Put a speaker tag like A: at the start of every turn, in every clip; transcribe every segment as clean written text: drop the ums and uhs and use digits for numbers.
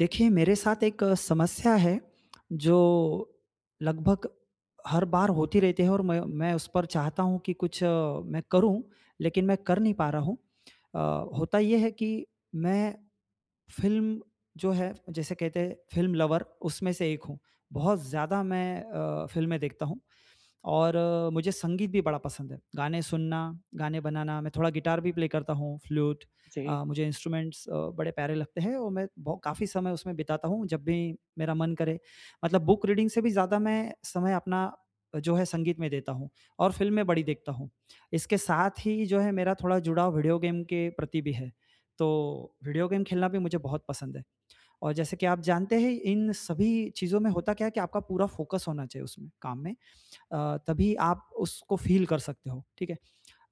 A: देखिए, मेरे साथ एक समस्या है, जो लगभग हर बार होती रहती है और मैं उस पर चाहता हूँ कि कुछ मैं करूँ, लेकिन मैं कर नहीं पा रहा हूँ। अ, होता ये है कि मैं फ़िल्म जो है, जैसे कहते हैं फ़िल्म लवर, उसमें से एक हूँ। बहुत ज़्यादा मैं फ़िल्में देखता हूँ और मुझे संगीत भी बड़ा पसंद है। गाने सुनना, गाने बनाना, मैं थोड़ा गिटार भी प्ले करता हूँ, फ्लूट
B: जी।
A: मुझे इंस्ट्रूमेंट्स बड़े प्यारे लगते हैं और मैं बहु काफ़ी समय उसमें बिताता हूँ जब भी मेरा मन करे। मतलब बुक रीडिंग से भी ज़्यादा मैं समय अपना जो है संगीत में देता हूँ और फ़िल्में बड़ी देखता हूँ। इसके साथ ही जो है मेरा थोड़ा जुड़ाव वीडियो गेम के प्रति भी है। तो वीडियो गेम खेलना भी मुझे बहुत पसंद है और जैसे कि आप जानते हैं इन सभी चीज़ों में होता क्या है कि आपका पूरा फ़ोकस होना चाहिए उसमें, काम में। तभी आप उसको फ़ील कर सकते हो, ठीक है?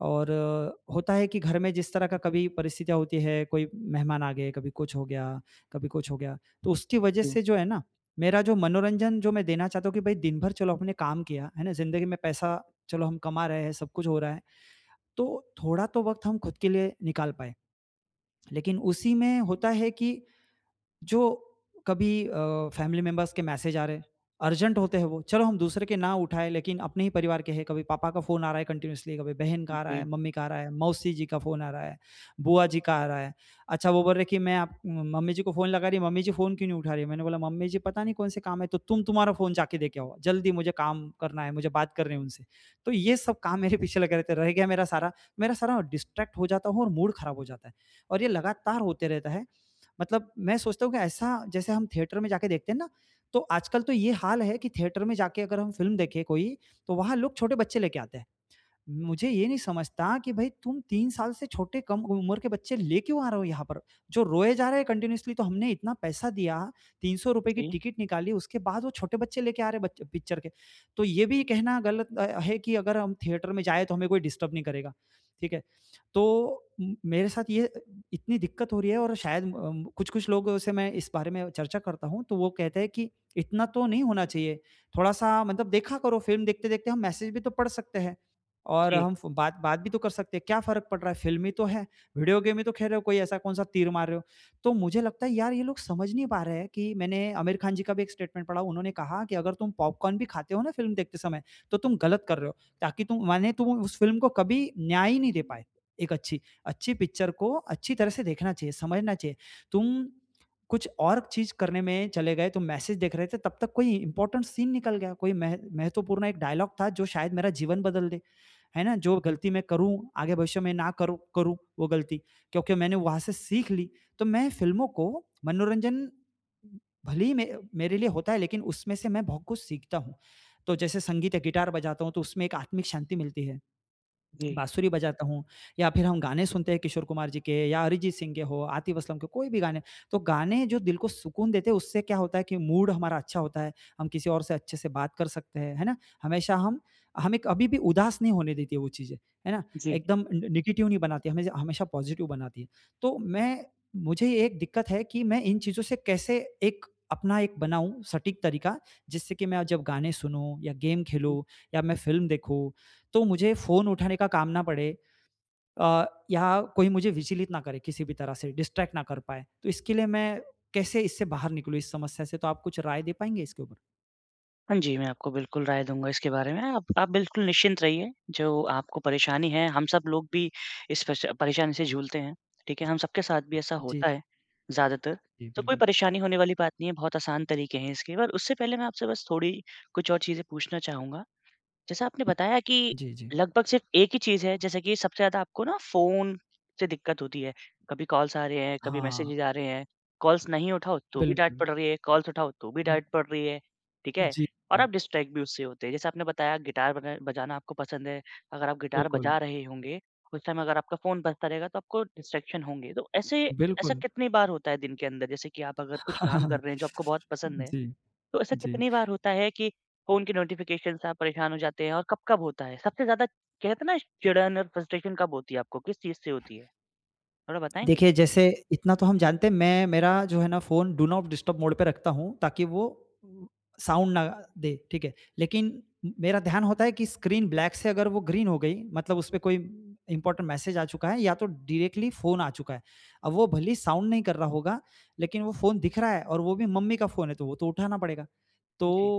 A: और होता है कि घर में जिस तरह का
B: हुँ,
A: कभी परिस्थितियाँ होती है, कोई मेहमान आ गए, कभी कुछ हो गया, कभी कुछ हो गया, तो उसकी वजह
B: हुँ,
A: से जो है ना, मेरा जो मनोरंजन जो मैं देना चाहता हूँ कि भई दिन भर चलो हमने काम किया, है ना? ज़िंदगी में पैसा चलो हम कमा रहे हैं, सब कुछ हो रहा है, तो थोड़ा तो वक़्त हम खुद के लिए निकाल पाएँ। लेकिन उसी में होता है कि जो कभी फैमिली मेंबर्स के मैसेज आ रहे हैं, अर्जेंट होते हैं वो, चलो हम दूसरे के ना उठाएँ लेकिन अपने ही परिवार के हैं, कभी पापा का फ़ोन आ रहा है कंटीन्यूअसली, कभी बहन का आ रहा है,
B: जी,
A: मम्मी का आ रहा है, मौसी जी का फ़ोन आ रहा है, बुआ जी का आ रहा है। अच्छा वो बोल रहे कि मैं आप मम्मी जी को फ़ोन लगा रही, मम्मी जी फ़ोन क्यों नहीं उठा रही है? मैंने बोला मम्मी जी पता नहीं कौन से काम है, तो तुम तुम्हारा फ़ोन जाके दे के आओ, जल्दी मुझे काम करना है, मुझे बात करनी है उनसे। तो ये सब काम मेरे पीछे लगे रहते हैं, रह गया मेरा सारा डिस्ट्रैक्ट हो जाता हूँ और मूड ख़राब हो जाता है और ये लगातार होते रहता है मतलब मैं सोचता हूँ कि ऐसा जैसे हम थिएटर में जाके देखते हैं ना, तो आजकल तो ये हाल है कि थिएटर में जाके अगर हम फ़िल्म देखें कोई, तो वहाँ लोग छोटे बच्चे लेके आते हैं। मुझे ये नहीं समझता कि भाई तुम 3 साल से छोटे कम उम्र के बच्चे ले क्यों आ रहे हो यहाँ पर? जो रोए जा रहे हैं कंटिन्यूअसली तो हमने इतना पैसा दिया, ₹300 की
B: जी,
A: टिकट निकाली, उसके बाद वो छोटे बच्चे लेके आ रहे हैं बच पिक्चर के। तो ये भी कहना गलत है कि अगर हम थिएटर में जाएँ तो हमें कोई डिस्टर्ब नहीं करेगा, ठीक है। तो मेरे साथ ये इतनी दिक्कत हो रही है और शायद कुछ-कुछ लोगों से मैं इस बारे में चर्चा करता हूँ, तो वो कहते हैं कि इतना तो नहीं होना चाहिए, थोड़ा-सा मतलब देखा करो फ़िल्म देखते-देखते हम मैसेज भी तो पढ़ सकते हैं। और
B: जी,
A: हम
B: जी,
A: फ बात बात भी तो कर सकते हैं, क्या फ़र्क पड़ रहा है? फ़िल्म ही तो है, वीडियो गेम ही तो खेल रहे हो, कोई ऐसा कौन-सा तीर मार रहे हो? तो मुझे लगता है यार ये लोग समझ नहीं पा रहे हैं कि मैंने आमिर खान जी का भी एक स्टेटमेंट पढ़ा, उन्होंने कहा कि अगर तुम पॉपकॉर्न भी खाते हो ना फ़िल्म देखते समय, तो तुम गलत कर रहे हो, ताकि तुम माने तुम उस फ़िल्म को कभी न्याय ही नहीं दे पाए, एक अच्छी। अच्छी पिक्चर को अच्छी तरह से देखना चाहिए, समझना चाहिए। तुम कुछ और चीज़ करने में चले गए, तुम मैसेज देख रहे थे, तब तक कोई इम्पोर्टेंट सीन निकल गया, कोई मह महत्वपूर्ण एक डायलॉग था जो शायद मेरा जीवन बदल दे। है ना? जो
B: हुँ,
A: गलती मैं करूँ, आगे भविष्य में ना करूँ करूँ वो गलती, क्योंकि मैंने वहाँ से सीख ली। तो मैं फ़िल्मों को मनोरंजन भले ही मे मेरे लिए होता है लेकिन उसमें से मैं बहुत कुछ सीखता हूँ। तो जैसे संगीत है, गिटार बजाता हूँ तो उसमें एक आत्मिक शांति मिलती है।
B: जी,
A: बाँसुरी बजाता हूँ या फिर हम गाने सुनते हैं किशोर कुमार जी के या अरिजीत सिंह के हो, आतिफ़ असलम के, कोई भी गाने। तो गाने जो दिल को सुकून देते हैं उससे क्या होता है कि मूड हमारा अच्छा होता है, हम किसी और से अच्छे से बात कर सकते हैं, है ना? हमेशा हम हमें कभी भी उदास नहीं होने देती है वो चीज़ें, है ना?
B: जी,
A: एकदम ने नेगेटिव नहीं बनाती, हमें हमेशा पॉज़िटिव बनाती है। तो मैं मुझे ये एक दिक्कत है कि मैं इन चीज़ों से कैसे एक अपना एक बनाऊँ सटीक तरीका जिससे कि मैं जब गाने सुनूँ या गेम
B: हुँ, हुँ।
A: खेलूँ या मैं फ़िल्म देखूँ तो मुझे फ़ोन उठाने का काम ना पड़े अ, या कोई मुझे विचलित ना करे किसी भी तरह से, डिस्ट्रैक्ट ना कर पाए। तो इसके लिए मैं कैसे इससे बाहर निकलूँ इस समस्या से? तो आप कुछ राय दे पाएँगे इसके ऊपर?
B: हाँ जी, मैं आपको बिल्कुल राय दूँगा इसके बारे में। आप बिल्कुल निश्चिंत रहिए, जो आपको परेशानी है, हम सब लोग भी इस पश परेशानी से जूझते हैं, ठीक है? हम सबके साथ भी ऐसा
A: जी,
B: होता है, ज़्यादातर।
A: जी,
B: तो कोई
A: बिल्कुल।
B: परेशानी होने वाली बात नहीं है, बहुत आसान तरीके हैं इसके। पर उससे पहले मैं आपसे बस थोड़ी कुछ और चीज़ें पूछना चाहूँगा। जैसा आपने बताया कि
A: जी, जी।
B: लगभग सिर्फ़ एक ही चीज़ है, जैसे कि सबसे ज़्यादा आपको ना फ़ोन से दिक्कत होती है। कभी कॉल्स आ रहे हैं, कभी
A: हाँ,
B: मैसेजेज़ आ रहे हैं। कॉल्स नहीं उठाओ तो भी डाँट
A: बिल्कुल।
B: पड़ रही है, कॉल्स उठाओ तो भी डाँट पड़ रही है, ठीक है?
A: जी,
B: और आप डिस्ट्रैक्ट भी उससे होते हैं। जैसे आपने बताया गिटार बजाना आपको पसंद है, अगर आप गिटार
A: बिल्कुल,
B: बजा रहे होंगे, उस टाइम अगर आपका फ़ोन बजता रहेगा तो आपको डिस्ट्रैक्शन होंगे। तो ऐसे ऐसा
A: बिल्कुल।
B: कितनी बार होता है दिन के अंदर? जैसे कि आप अगर कुछ काम कर रहे हैं जो आपको बहुत पसंद है
A: जी,
B: तो ऐसा
A: जी।
B: कितनी बार होता है कि फ़ोन की नोटिफ़िकेशन से आप परेशान हो जाते हैं और कब-कब होता है? सबसे ज़्यादा कहते हैं ना चिड़न और फ्रस्ट्रेशन कब होती है आपको? किस चीज़ से होती है? थोड़ा बताएँगे?
A: देखिए, जैसे इतना तो हम जानते हैं मैं मेरा जो है ना phone do not disturb mode पे रखता हूँ ताकि वो साउंड ना दे, ठीक है? लेकिन मेरा ध्यान होता है कि स्क्रीन ब्लैक से अगर वो ग्रीन हो गई मतलब उस पे कोई इम्पोर्टेंट मैसेज आ चुका है या तो डायरेक्टली फ़ोन आ चुका है। अब वो भले ही साउंड नहीं कर रहा होगा, लेकिन वो फ़ोन दिख रहा है और वो भी मम्मी का फ़ोन है तो वो तो उठाना पड़ेगा। तो
B: जी,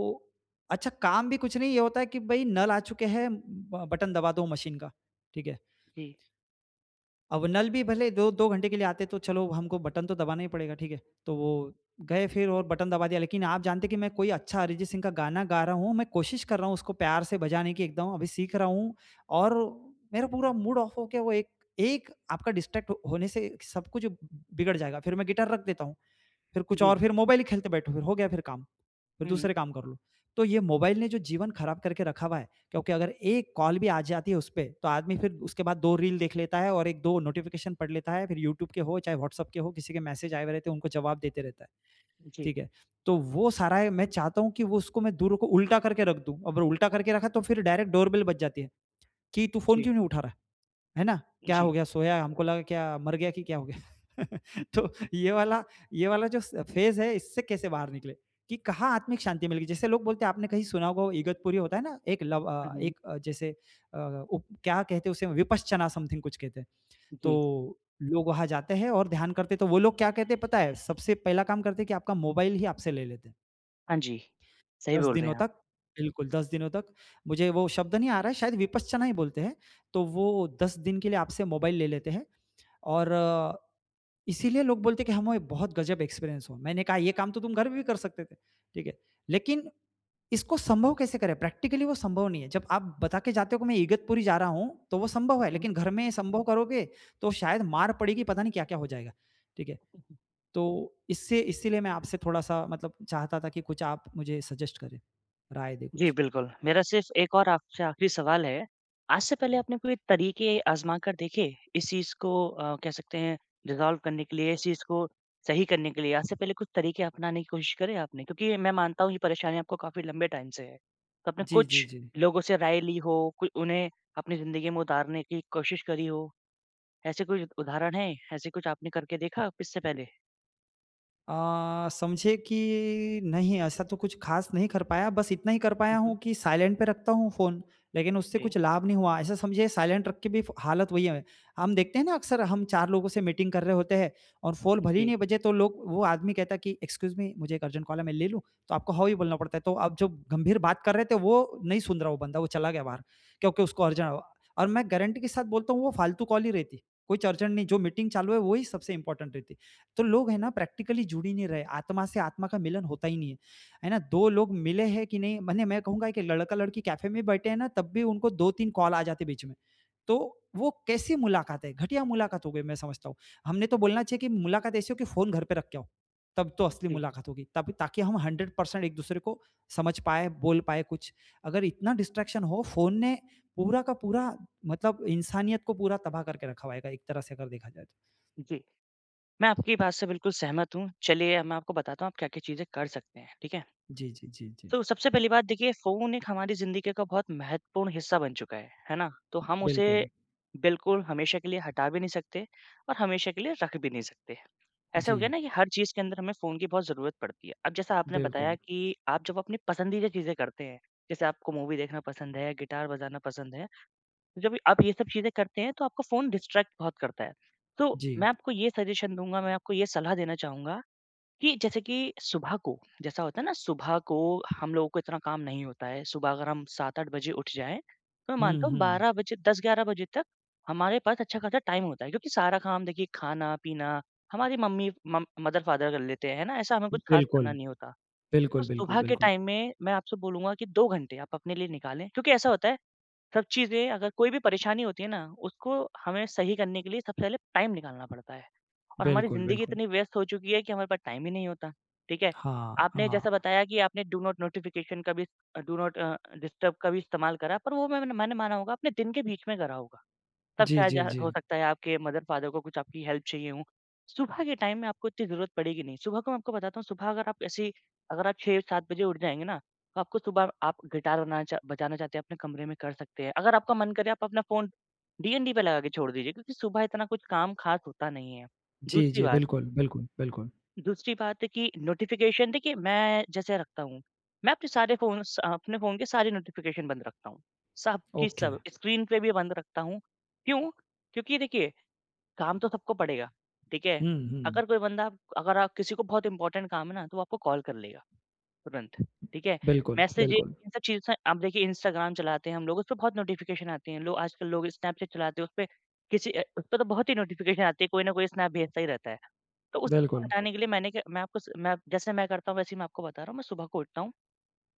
A: अच्छा काम भी कुछ नहीं ये होता है कि भई नल आ चुके हैं, ब बटन दबा दो मशीन का, ठीक है?
B: जी,
A: अब नल भी भले 2-2 घंटे के लिए आते तो चलो हमको बटन तो दबाना ही पड़ेगा, ठीक है? तो वो गए फिर और बटन दबा दिया लेकिन आप जानते हैं कि मैं कोई अच्छा अरिजीत सिंह का गाना गा रहा हूँ, मैं कोशिश कर रहा हूँ उसको प्यार से बजाने की एकदम, अभी सीख रहा हूँ और मेरा पूरा मूड ऑफ हो गया वो एक एक आपका डिस्ट्रैक्ट होने से सब कुछ बिगड़ जाएगा। फिर मैं गिटार रख देता हूँ। फिर कुछ
B: जी।
A: और फिर मोबाइल ही खेलते बैठो फिर हो गया फिर काम, फिर
B: हुँ, हुँ।
A: दूसरे काम कर लो। तो ये मोबाइल ने जो जीवन खराब करके रखा हुआ है क्योंकि अगर एक कॉल भी आ जाती है उस पे, तो आदमी फिर उसके बाद 2 रील देख लेता है और 1-2 नोटिफ़िकेशन पढ़ लेता है, फिर यूट्यूब के हो चाहे व्हाट्सएप के हो, किसी के मैसेज आए हुए रहते हैं उनको जवाब देते रहता है,
B: जी,
A: ठीक है? तो वो सारा है मैं चाहता हूँ कि वो उसको मैं दूर को उल्टा करके रख दूँ, अगर उल्टा करके रखा तो फिर डायरेक्ट डोरबेल बज जाती है, कि तू फ़ोन
B: जी,
A: क्यों नहीं उठा रहा है? है ना? क्या
B: जी।
A: हो गया? सोया हमको लगा क्या मर गया कि क्या हो गया? तो ये वाला जो स फ़ेज़ है इससे कैसे बाहर निकले कि कहाँ आत्मिक शांति मिलेगी? जैसे लोग बोलते हैं आपने कहीं सुना होगा वो इगतपुरी होता है ना? एक लव
B: हुँ, हुँ।
A: एक जैसे उप क्या कहते हैं उसे विपश्चना समथिंग कुछ कहते हैं।
B: जी।
A: तो लोग वहाँ जाते हैं और ध्यान करते हैं तो वो लोग क्या कहते हैं पता है? सबसे पहला काम करते हैं कि आपका मोबाइल ही आपसे ले लेते हैं।
B: हाँ जी, सही
A: 10
B: बोल रहे
A: दिनों
B: हैं आप।
A: तक बिल्कुल, 10 दिनों तक मुझे वो शब्द नहीं आ रहा है, शायद विपश्चना ही बोलते हैं। तो वो 10 दिन के लिए आपसे मोबाइल ले लेते हैं और इसीलिए लोग बोलते हैं कि हमें बहुत गजब एक्सपीरियंस हुआ। मैंने कहा, "ये काम तो तुम घर में भी कर सकते थे।" ठीक है। लेकिन इसको संभव कैसे करें? प्रैक्टिकली वो संभव नहीं है। जब आप बता के जाते हो कि मैं इगतपुरी जा रहा हूँ, तो वो संभव है,
B: हुँ,
A: लेकिन घर में संभव करोगे, तो शायद मार पड़ेगी, पता नहीं क्या-क्या हो जाएगा। ठीक है।
B: हुँ।
A: तो इससे इसीलिए मैं आपसे थोड़ा-सा मतलब चाहता था कि कुछ आप मुझे सजेस्ट करें, राय दें
B: जी,
A: कुछ।
B: बिल्कुल। मेरा सिर्फ़ एक और आपसे आखिरी सवाल है। आज से पहले आपने कोई तरीके आज़मा कर देखे इस चीज़ को कह सकते हैं रिज़ॉल्व करने के लिए, इस चीज़ को सही करने के लिए? आज से पहले कुछ तरीके अपनाने की कोशिश करें आपने? क्योंकि मैं मानता हूँ ये परेशानी आपको काफ़ी लंबे टाइम से है। तो आपने
A: जी, जी,
B: कुछ
A: जी।
B: लोगों से राय ली हो, कोई उन्हें अपनी ज़िंदगी में उतारने की कोशिश करी हो, ऐसे कोई उदाहरण हैं? ऐसे कुछ आपने करके देखा इससे पहले?
A: समझिए कि नहीं ऐसा तो कुछ ख़ास नहीं कर पाया, बस इतना ही कर
B: हुँ,
A: पाया हूँ
B: हुँ।
A: कि साइलेंट पे रखता हूँ फ़ोन, लेकिन उससे
B: जी,
A: कुछ लाभ नहीं हुआ। ऐसा समझिए साइलेंट रख के भी फ हालत वही है। हम देखते हैं ना अक्सर हम 4 लोगों से मीटिंग कर रहे होते हैं और फ़ोन भले ही
B: जी,
A: नहीं बजे तो लोग वो आदमी कहता है कि एक्सक्यूज़ मी मुझे एक अर्जेंट कॉल है मैं ले लूँ? तो आपको हाँ ही बोलना पड़ता है। तो अब जो गंभीर बात कर रहे थे वो नहीं सुन रहा वो बंदा, वो चला गया बाहर क्योंकि उसको अर्जेंट और मैं गारंटी के साथ बोलता हूँ वो फालतू कॉल ही रहती, कुछ अर्जेंट नहीं, जो मीटिंग चालू है वही सबसे इम्पोर्टेंट रहती। तो लोग है ना प्रैक्टिकली जुड़ ही नहीं रहे, आत्मा से आत्मा का मिलन होता ही नहीं है, है ना? 2 लोग मिले हैं कि नहीं मने मैं कहूँगा कि लड़का-लड़की कैफ़े में बैठे हैं ना, तब भी उनको 2-3 कॉल आ जाते बीच में। तो वो कैसी मुलाकात है? घटिया मुलाकात हो गई मैं समझता हूँ। हमने तो बोलना चाहिए कि मुलाकात ऐसी हो कि फ़ोन घर पे रख के आओ, तब तो असली
B: जी,
A: मुलाकात होगी। तब ताकि हम 100% एक-दूसरे को समझ पाएँ, बोल पाएँ कुछ। अगर इतना डिस्ट्रैक्शन हो, फ़ोन ने पूरा का पूरा मतलब इंसानियत को पूरा तबाह करके रखा हुआ है एक तरह से अगर देखा जाए तो।
B: जी। मैं आपकी बात से बिल्कुल सहमत हूँ। चलिए, अब मैं आपको बताता हूँ आप क्या-क्या चीज़ें कर सकते हैं, ठीक है?
A: जी, जी, जी, जी।
B: तो सबसे पहली बात देखिए फ़ोन एक हमारी ज़िंदगी का बहुत महत्वपूर्ण हिस्सा बन चुका है ना? तो हम उसे
A: बिल्कुल,
B: बिल्कुल हमेशा के लिए हटा भी नहीं सकते और हमेशा के लिए रख भी नहीं सकते। ऐसा
A: जी,
B: हो गया ना कि हर चीज़ के अंदर हमें फ़ोन की बहुत ज़रूरत पड़ती है। अब जैसा आपने बताया
A: बिल्कुल,
B: कि आप जब अपनी पसंदीदा चीज़ें करते हैं, जैसे आपको मूवी देखना पसंद है, गिटार बजाना पसंद है। जब आप ये सब चीज़ें करते हैं तो आपका फ़ोन डिस्ट्रैक्ट बहुत करता है। तो
A: जी।
B: मैं आपको ये सजेशन दूँगा, मैं आपको ये सलाह देना चाहूँगा कि जैसे कि सुबह को जैसा होता है ना सुबह को हम लोगों को इतना काम नहीं होता है। सुबह अगर हम 7-8 बजे उठ जाएँ, तो मैं
A: हुँ,
B: मानता हूँ
A: हुँ।
B: 12 बजे 10-11 बजे तक हमारे पास अच्छा खासा टाइम होता है क्योंकि सारा काम देखिए खाना-पीना हमारी मम्मी मम मदर-फादर कर लेते हैं, है ना? ऐसा हमें कुछ खास
A: बिल्कुल,
B: करना नहीं होता। तो
A: बिल्कुल, बिल्कुल,
B: सुबह के
A: बिल्कुल,
B: टाइम में मैं आपसे बोलूँगा कि 2 घंटे आप अपने लिए निकालें क्योंकि ऐसा होता है सब चीज़ें अगर कोई भी परेशानी होती है ना, उसको हमें सही करने के लिए सबसे पहले टाइम निकालना पड़ता है। और हमारी
A: बिल्कुल,
B: ज़िंदगी
A: बिल्कुल।
B: इतनी व्यस्त हो चुकी है कि हमारे पास टाइम ही नहीं होता, ठीक है?
A: हाँ,
B: आपने
A: हाँ।
B: जैसा बताया कि आपने डू नॉट डिस्टर्ब का भी इस्तेमाल करा, पर वो मैंने मैंने माना होगा आपने दिन के बीच में करा होगा। तब
A: जी,
B: शायद ज
A: जी, जी।
B: हो सकता है आपके मदर-फादर को कुछ आपकी हेल्प चाहिए हो। सुबह के टाइम में आपको इतनी ज़रूरत पड़ेगी नहीं। सुबह को मैं आपको बताता हूँ, सुबह अगर आप 6-7 बजे उठ जाएँगे ना, तो आपको सुबह आप गिटार बनाना चा बजाना चाहते हैं अपने कमरे में कर सकते हैं। अगर आपका मन करे आप अपना फ़ोन डीएनडी पे लगा के छोड़ दीजिए क्योंकि सुबह इतना कुछ काम ख़ास होता नहीं है।
A: जी,
B: दूसरी
A: जी,
B: बात
A: बिल्कुल, बिल्कुल, बिल्कुल।
B: दूसरी बात है कि नोटिफ़िकेशन देखिए मैं जैसे रखता हूँ, मैं अपने फ़ोन के सारे नोटिफ़िकेशन बंद रखता हूँ। सब की
A: ओके।
B: सब, स्क्रीन पे भी बंद रखता हूँ। क्यों? क्योंकि देखिए काम तो सबको पड़ेगा, ठीक है?
A: हुँ, हुँ।
B: अगर आप किसी को बहुत इम्पोर्टेंट काम है ना, तो वो आपको कॉल कर लेगा तुरंत, ठीक है?
A: बिल्कुल,
B: मैसेजेज़
A: बिल्कुल,
B: इन सब चीज़ से आप देखिए इंस्टाग्राम चलाते हैं हम लोग, उसपे बहुत नोटिफ़िकेशन आते हैं। लोग आजकल लोग स्नैपचैट चलाते हैं, उसपे तो बहुत ही नोटिफ़िकेशन आती है, कोई ना कोई स्नैप भेजता ही रहता है। तो उस सबको
A: बिल्कुल।
B: हटाने के लिए मैंने क्या मैं आपको स मैं जैसे मैं करता हूँ वैसे ही मैं आपको बता रहा हूँ, मैं सुबह को उठता हूँ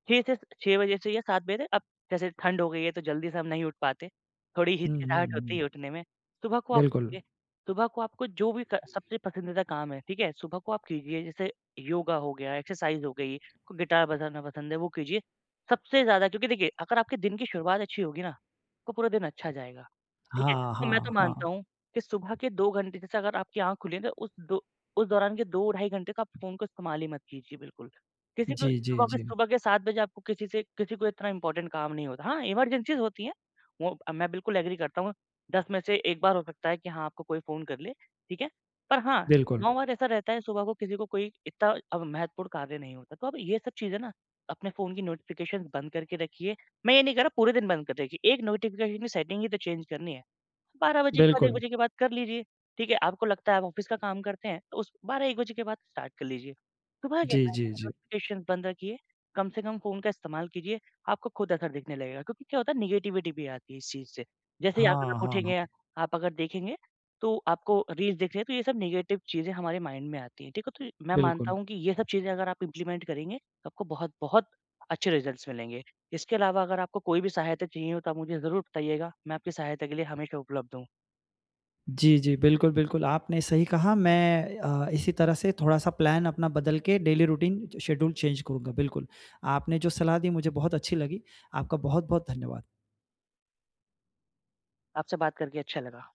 B: 6 से 6 बजे से या 7 बजे तक अब जैसे ठंड हो गई है तो जल्दी से हम नहीं उठ पाते, थोड़ी
A: हुँ, हुँ,
B: हिचकिचाहट होती
A: हुँ।
B: है उठने में। सुबह को आप
A: बिल्कुल।
B: उठिए, सुबह को आपको जो भी क सबसे पसंदीदा काम है, ठीक है? सुबह को आप कीजिए जैसे योगा हो गया, एक्सरसाइज हो गई, आपको गिटार बजाना पसंद है वो कीजिए। सबसे ज़्यादा क्योंकि देखिए अगर आपके दिन की शुरुआत अच्छी होगी ना, आपका पूरा दिन अच्छा जाएगा। ठीक है?
A: हाँ,
B: और मैं तो
A: हाँ,
B: मानता
A: हाँ।
B: हूँ कि सुबह के 2 घंटे जैसे अगर आपकी आँख खुली है तो उस दौरान के 2 ढाई घंटे का आप फ़ोन को इस्तेमाल ही मत कीजिए बिल्कुल। किसी को
A: जी, जी, जी।
B: सुबह के 7 बजे आपको किसी को इतना इम्पोर्टेंट काम नहीं होता। हाँ, इमरजेंसीज़ होती हैं, वो मैं बिल्कुल एग्री करता हूँ। 10 में से 1 बार हो सकता है कि हाँ, आपको कोई फ़ोन कर ले, ठीक है? पर हाँ,
A: बिल्कुल,
B: 9 बार ऐसा रहता है सुबह को किसी को कोई इतना अब महत्वपूर्ण कार्य नहीं होता। तो अब ये सब चीज़ें ना अपने फ़ोन की नोटिफ़िकेशंस बंद करके रखिए। मैं ये नहीं कह रहा पूरे दिन बंद कर रखिए, एक नोटिफ़िकेशन की सेटिंग ही तो चेंज करनी है। 12 बजे के बाद 1
A: बिल्कुल।
B: बजे के बाद कर लीजिए, ठीक है? आपको लगता है आप ऑफ़िस का काम करते हैं, तो उस 12-1 बजे के बाद स्टार्ट कर लीजिए। सुबह के
A: जी,
B: टाइम
A: जी,
B: में
A: जी।
B: नोटिफ़िकेशंस बंद रखिए, कम से कम फ़ोन का इस्तेमाल कीजिए, आपको खुद असर दिखने लगेगा क्योंकि क्या होता है नेगेटिविटी भी आती है इस चीज़ से। जैसे ही अगर
A: हाँ,
B: आप
A: हाँ,
B: उठेंगे,
A: हाँ।
B: आप अगर देखेंगे तो आपको रील्स दिख रही है, तो ये सब नेगेटिव चीज़ें हमारे माइंड में आती हैं, ठीक है? तो मैं मानता
A: बिल्कुल।
B: हूँ कि ये सब चीज़ें अगर आप इम्प्लीमेंट करेंगे, तो आपको बहुत-बहुत अच्छे रिज़ल्ट्स मिलेंगे। इसके अलावा अगर आपको कोई भी सहायता चाहिए हो तो आप मुझे ज़रूर बताइएगा। मैं आपकी सहायता के लिए हमेशा उपलब्ध हूँ।
A: जी, जी। बिल्कुल, बिल्कुल, आपने सही कहा मैं इसी तरह से थोड़ा-सा प्लान अपना बदल के डेली रूटीन शेड्यूल चेंज करूँगा, बिल्कुल। आपने जो सलाह दी मुझे बहुत अच्छी लगी, आपका बहुत-बहुत धन्यवाद।
B: आपसे बात करके अच्छा लगा।